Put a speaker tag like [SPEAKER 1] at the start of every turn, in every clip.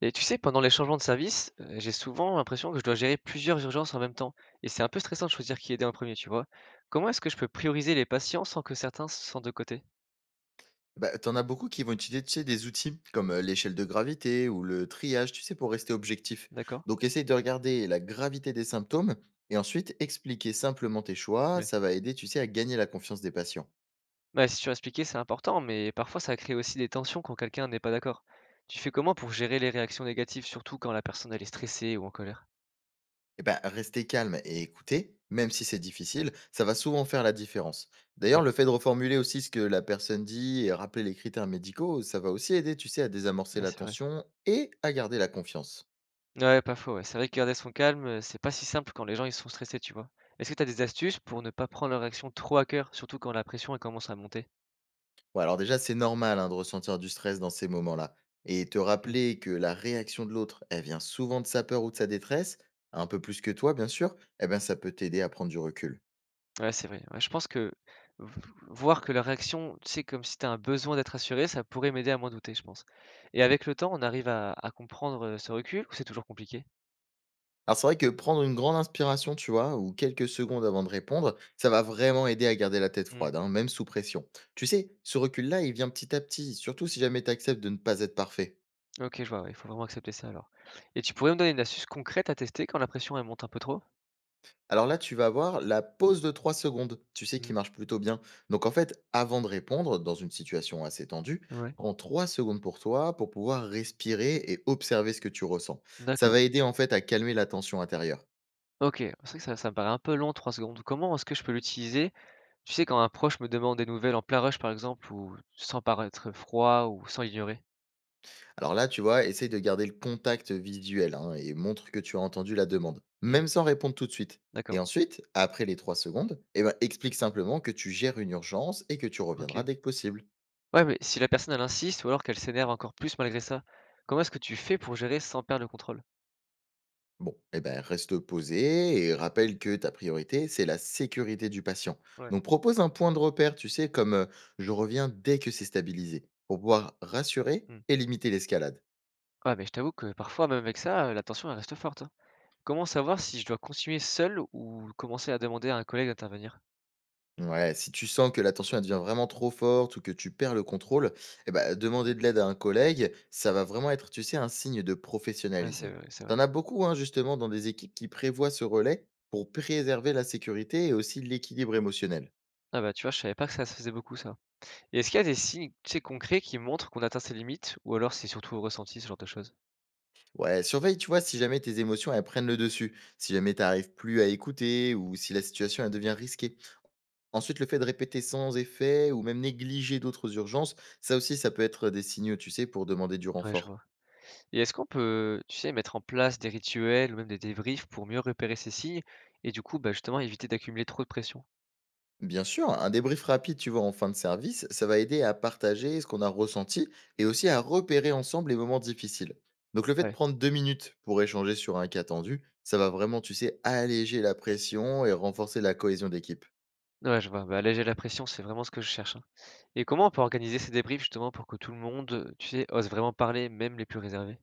[SPEAKER 1] Et tu sais, pendant les changements de service, j'ai souvent l'impression que je dois gérer plusieurs urgences en même temps et c'est un peu stressant de choisir qui aider en premier, tu vois? Comment est-ce que je peux prioriser les patients sans que certains se sentent de côté?
[SPEAKER 2] Bah, tu as beaucoup qui vont utiliser, tu sais, des outils comme l'échelle de gravité ou le triage, tu sais, pour rester objectif.
[SPEAKER 1] D'accord?
[SPEAKER 2] Donc, essaye de regarder la gravité des symptômes et ensuite expliquer simplement tes choix.
[SPEAKER 1] Ouais.
[SPEAKER 2] Ça va aider, tu sais, à gagner la confiance des patients.
[SPEAKER 1] Bah, si tu as expliqué, c'est important, mais parfois ça crée aussi des tensions quand quelqu'un n'est pas d'accord. Tu fais comment pour gérer les réactions négatives, surtout quand la personne elle est stressée ou en colère?
[SPEAKER 2] Et ben, rester calme et écouter, même si c'est difficile, ça va souvent faire la différence.
[SPEAKER 1] Ouais.
[SPEAKER 2] D'ailleurs, le fait de reformuler aussi ce que la personne dit et rappeler les critères médicaux, ça va aussi aider, tu sais, à désamorcer
[SPEAKER 1] Ouais,
[SPEAKER 2] la
[SPEAKER 1] c'est vrai.
[SPEAKER 2] tension et à garder la confiance.
[SPEAKER 1] Ouais, pas faux, ouais. C'est vrai que garder son calme, c'est pas si simple quand les gens ils sont stressés, tu vois? Est-ce que tu as des astuces pour ne pas prendre leur réaction trop à cœur, surtout quand la pression elle commence à monter?
[SPEAKER 2] Ouais, alors déjà, c'est normal hein, de ressentir du stress dans ces moments-là. Et te rappeler que la réaction de l'autre, elle vient souvent de sa peur ou de sa détresse, un peu plus que toi, bien sûr, eh bien, ça peut t'aider à prendre du recul.
[SPEAKER 1] Ouais, c'est vrai. Ouais, je pense que v voir que leur réaction, c'est comme si tu as un besoin d'être assuré, ça pourrait m'aider à moins douter, je pense. Et avec le temps, on arrive à comprendre, ce recul ou c'est toujours compliqué?
[SPEAKER 2] Alors, c'est vrai que prendre une grande inspiration, tu vois, ou quelques secondes avant de répondre, ça va vraiment aider à garder la tête
[SPEAKER 1] Mmh.
[SPEAKER 2] froide, hein, même sous pression. Tu sais, ce recul-là, il vient petit à petit, surtout si jamais tu acceptes de ne pas être parfait.
[SPEAKER 1] OK, je vois, ouais, il faut vraiment accepter ça alors. Et tu pourrais me donner une astuce concrète à tester quand la pression, elle monte un peu trop?
[SPEAKER 2] Alors là, tu vas avoir la pause de 3 secondes, tu sais, qui
[SPEAKER 1] Mmh.
[SPEAKER 2] marche plutôt bien. Donc en fait, avant de répondre, dans une situation assez tendue,
[SPEAKER 1] Ouais.
[SPEAKER 2] prends 3 secondes pour toi, pour pouvoir respirer et observer ce que tu ressens. Ça
[SPEAKER 1] D'accord.
[SPEAKER 2] va aider en fait à calmer la tension intérieure.
[SPEAKER 1] OK, c'est vrai que ça me paraît un peu long 3 secondes. Comment est-ce que je peux l'utiliser? Tu sais, quand un proche me demande des nouvelles en plein rush, par exemple, ou sans paraître froid ou sans l'ignorer.
[SPEAKER 2] Alors là, tu vois, essaye de garder le contact visuel hein, et montre que tu as entendu la demande,
[SPEAKER 1] Mmh.
[SPEAKER 2] même sans répondre tout de suite.
[SPEAKER 1] D'accord.
[SPEAKER 2] Et ensuite, après les 3 secondes, eh ben, explique simplement que tu gères une urgence et que tu reviendras
[SPEAKER 1] OK.
[SPEAKER 2] dès que possible.
[SPEAKER 1] Ouais, mais si la personne elle insiste ou alors qu'elle s'énerve encore plus malgré ça, comment est-ce que tu fais pour gérer sans perdre le contrôle?
[SPEAKER 2] Bon, eh ben, reste posé et rappelle que ta priorité, c'est la sécurité du patient.
[SPEAKER 1] Ouais,
[SPEAKER 2] Donc propose un
[SPEAKER 1] c'est
[SPEAKER 2] point
[SPEAKER 1] vrai.
[SPEAKER 2] de repère, tu sais, comme je reviens dès que c'est stabilisé, pour pouvoir rassurer
[SPEAKER 1] Mmh.
[SPEAKER 2] et limiter l'escalade.
[SPEAKER 1] Ouais, mais je t'avoue que parfois, même avec ça, la tension elle reste forte, hein. Comment savoir si je dois continuer seul ou commencer à demander à un collègue d'intervenir?
[SPEAKER 2] Ouais, si tu sens que la tension elle devient vraiment trop forte ou que tu perds le contrôle, eh ben, demander de l'aide à un collègue, ça va vraiment être, tu sais, un signe de
[SPEAKER 1] Ouais, c'est
[SPEAKER 2] professionnalisme.
[SPEAKER 1] vrai, c'est vrai.
[SPEAKER 2] T'en as beaucoup, hein, justement, dans des équipes qui prévoient ce relais pour préserver la sécurité et aussi l'équilibre émotionnel.
[SPEAKER 1] Ah bah, tu vois, je savais pas que ça se faisait beaucoup ça. Et est-ce qu'il y a des signes, tu sais, concrets qui montrent qu'on atteint ses limites ou alors c'est surtout au ressenti, ce genre de choses?
[SPEAKER 2] Ouais, surveille, tu vois, si jamais tes émotions, elles prennent le dessus, si jamais t'arrives plus à écouter ou si la situation, elle devient risquée. Ensuite, le fait de répéter sans effet ou même négliger d'autres urgences, ça aussi, ça peut être des signaux, tu sais, pour demander du
[SPEAKER 1] Ouais, je
[SPEAKER 2] renfort.
[SPEAKER 1] vois. Et est-ce qu'on peut, tu sais, mettre en place des rituels ou même des débriefs pour mieux repérer ces signes et du coup, bah, justement éviter d'accumuler trop de pression?
[SPEAKER 2] Bien sûr, un débrief rapide, tu vois, en fin de service, ça va aider à partager ce qu'on a ressenti et aussi à repérer ensemble les moments difficiles. Donc le fait de
[SPEAKER 1] Ouais.
[SPEAKER 2] prendre 2 minutes pour échanger sur un cas tendu, ça va vraiment, tu sais, alléger la pression et renforcer la cohésion d'équipe.
[SPEAKER 1] Ouais, je vois, bah, alléger la pression, c'est vraiment ce que je cherche, hein. Et comment on peut organiser ces débriefs justement pour que tout le monde, tu sais, ose vraiment parler, même les plus réservés?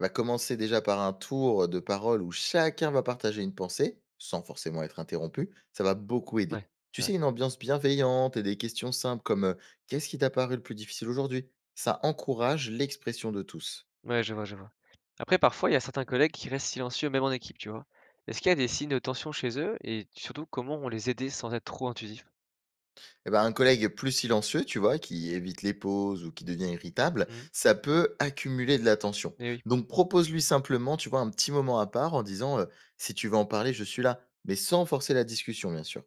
[SPEAKER 2] Va commencer déjà par un tour de parole où chacun va partager une pensée, sans forcément être interrompu, ça va beaucoup aider.
[SPEAKER 1] Ouais,
[SPEAKER 2] Tu
[SPEAKER 1] c'est vrai.
[SPEAKER 2] sais, une ambiance bienveillante et des questions simples comme qu'est-ce qui t'a paru le plus difficile aujourd'hui ça encourage l'expression de tous.
[SPEAKER 1] Ouais, je vois, je vois. Après, parfois, il y a certains collègues qui restent silencieux, même en équipe, tu vois? Est-ce qu'il y a des signes de tension chez eux et surtout, comment on les aider sans être trop intrusif?
[SPEAKER 2] Eh ben, un collègue plus silencieux, tu vois, qui évite les pauses ou qui devient irritable,
[SPEAKER 1] Mmh,
[SPEAKER 2] ça peut accumuler de la tension.
[SPEAKER 1] eh oui.
[SPEAKER 2] Donc propose-lui simplement, tu vois, un petit moment à part en disant si tu veux en parler, je suis là, mais sans forcer la discussion, bien sûr.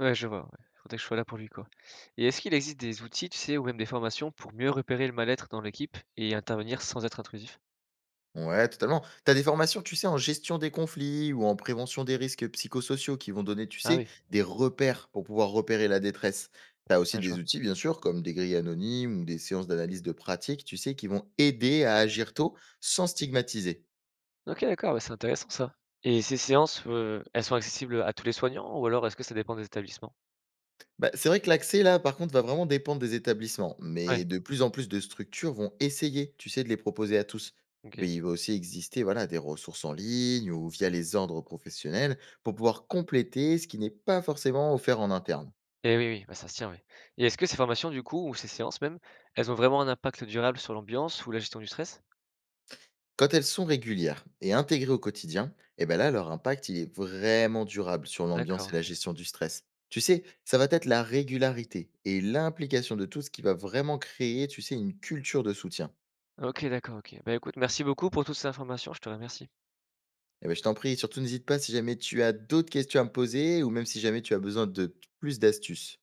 [SPEAKER 1] Ouais, je vois, ouais. Faudrait que je sois là pour lui, quoi. Et est-ce qu'il existe des outils, tu sais, ou même des formations pour mieux repérer le mal-être dans l'équipe et intervenir sans être intrusif?
[SPEAKER 2] Ouais, totalement. T'as des formations, tu sais, en gestion des conflits ou en prévention des risques psychosociaux qui vont donner, tu
[SPEAKER 1] Ah
[SPEAKER 2] sais,
[SPEAKER 1] oui,
[SPEAKER 2] des repères pour pouvoir repérer la détresse. T'as aussi
[SPEAKER 1] ouais, je vois.
[SPEAKER 2] des outils, bien sûr, comme des grilles anonymes ou des séances d'analyse de pratique, tu sais, qui vont aider à agir tôt sans stigmatiser.
[SPEAKER 1] OK, d'accord, bah c'est intéressant ça. Et ces séances, elles sont accessibles, à tous les soignants ou alors est-ce que ça dépend des établissements?
[SPEAKER 2] Bah, c'est vrai que l'accès, là, par contre, va vraiment dépendre des établissements,
[SPEAKER 1] Ouais,
[SPEAKER 2] mais de plus en plus de structures vont essayer, tu sais, de les proposer à tous. Mais
[SPEAKER 1] OK.
[SPEAKER 2] il va aussi exister voilà, des ressources en ligne ou via les ordres professionnels pour pouvoir compléter ce qui n'est pas forcément offert en interne.
[SPEAKER 1] Et oui, oui, bah, ça se tient, oui. Et est-ce que ces formations du coup ou ces séances même, elles ont vraiment un impact durable sur l'ambiance ou la gestion du stress?
[SPEAKER 2] Quand elles sont régulières et intégrées au quotidien, eh ben là, leur impact, il est vraiment durable sur l'ambiance
[SPEAKER 1] D'accord,
[SPEAKER 2] et la
[SPEAKER 1] OK.
[SPEAKER 2] gestion du stress. Tu sais, ça va être la régularité et l'implication de tous qui va vraiment créer, tu sais, une culture de soutien.
[SPEAKER 1] OK, d'accord, OK. Bah, écoute, merci beaucoup pour toutes ces informations, je te remercie.
[SPEAKER 2] Eh ben, je t'en prie, surtout n'hésite pas si jamais tu as d'autres questions à me poser ou même si jamais tu as besoin de plus d'astuces.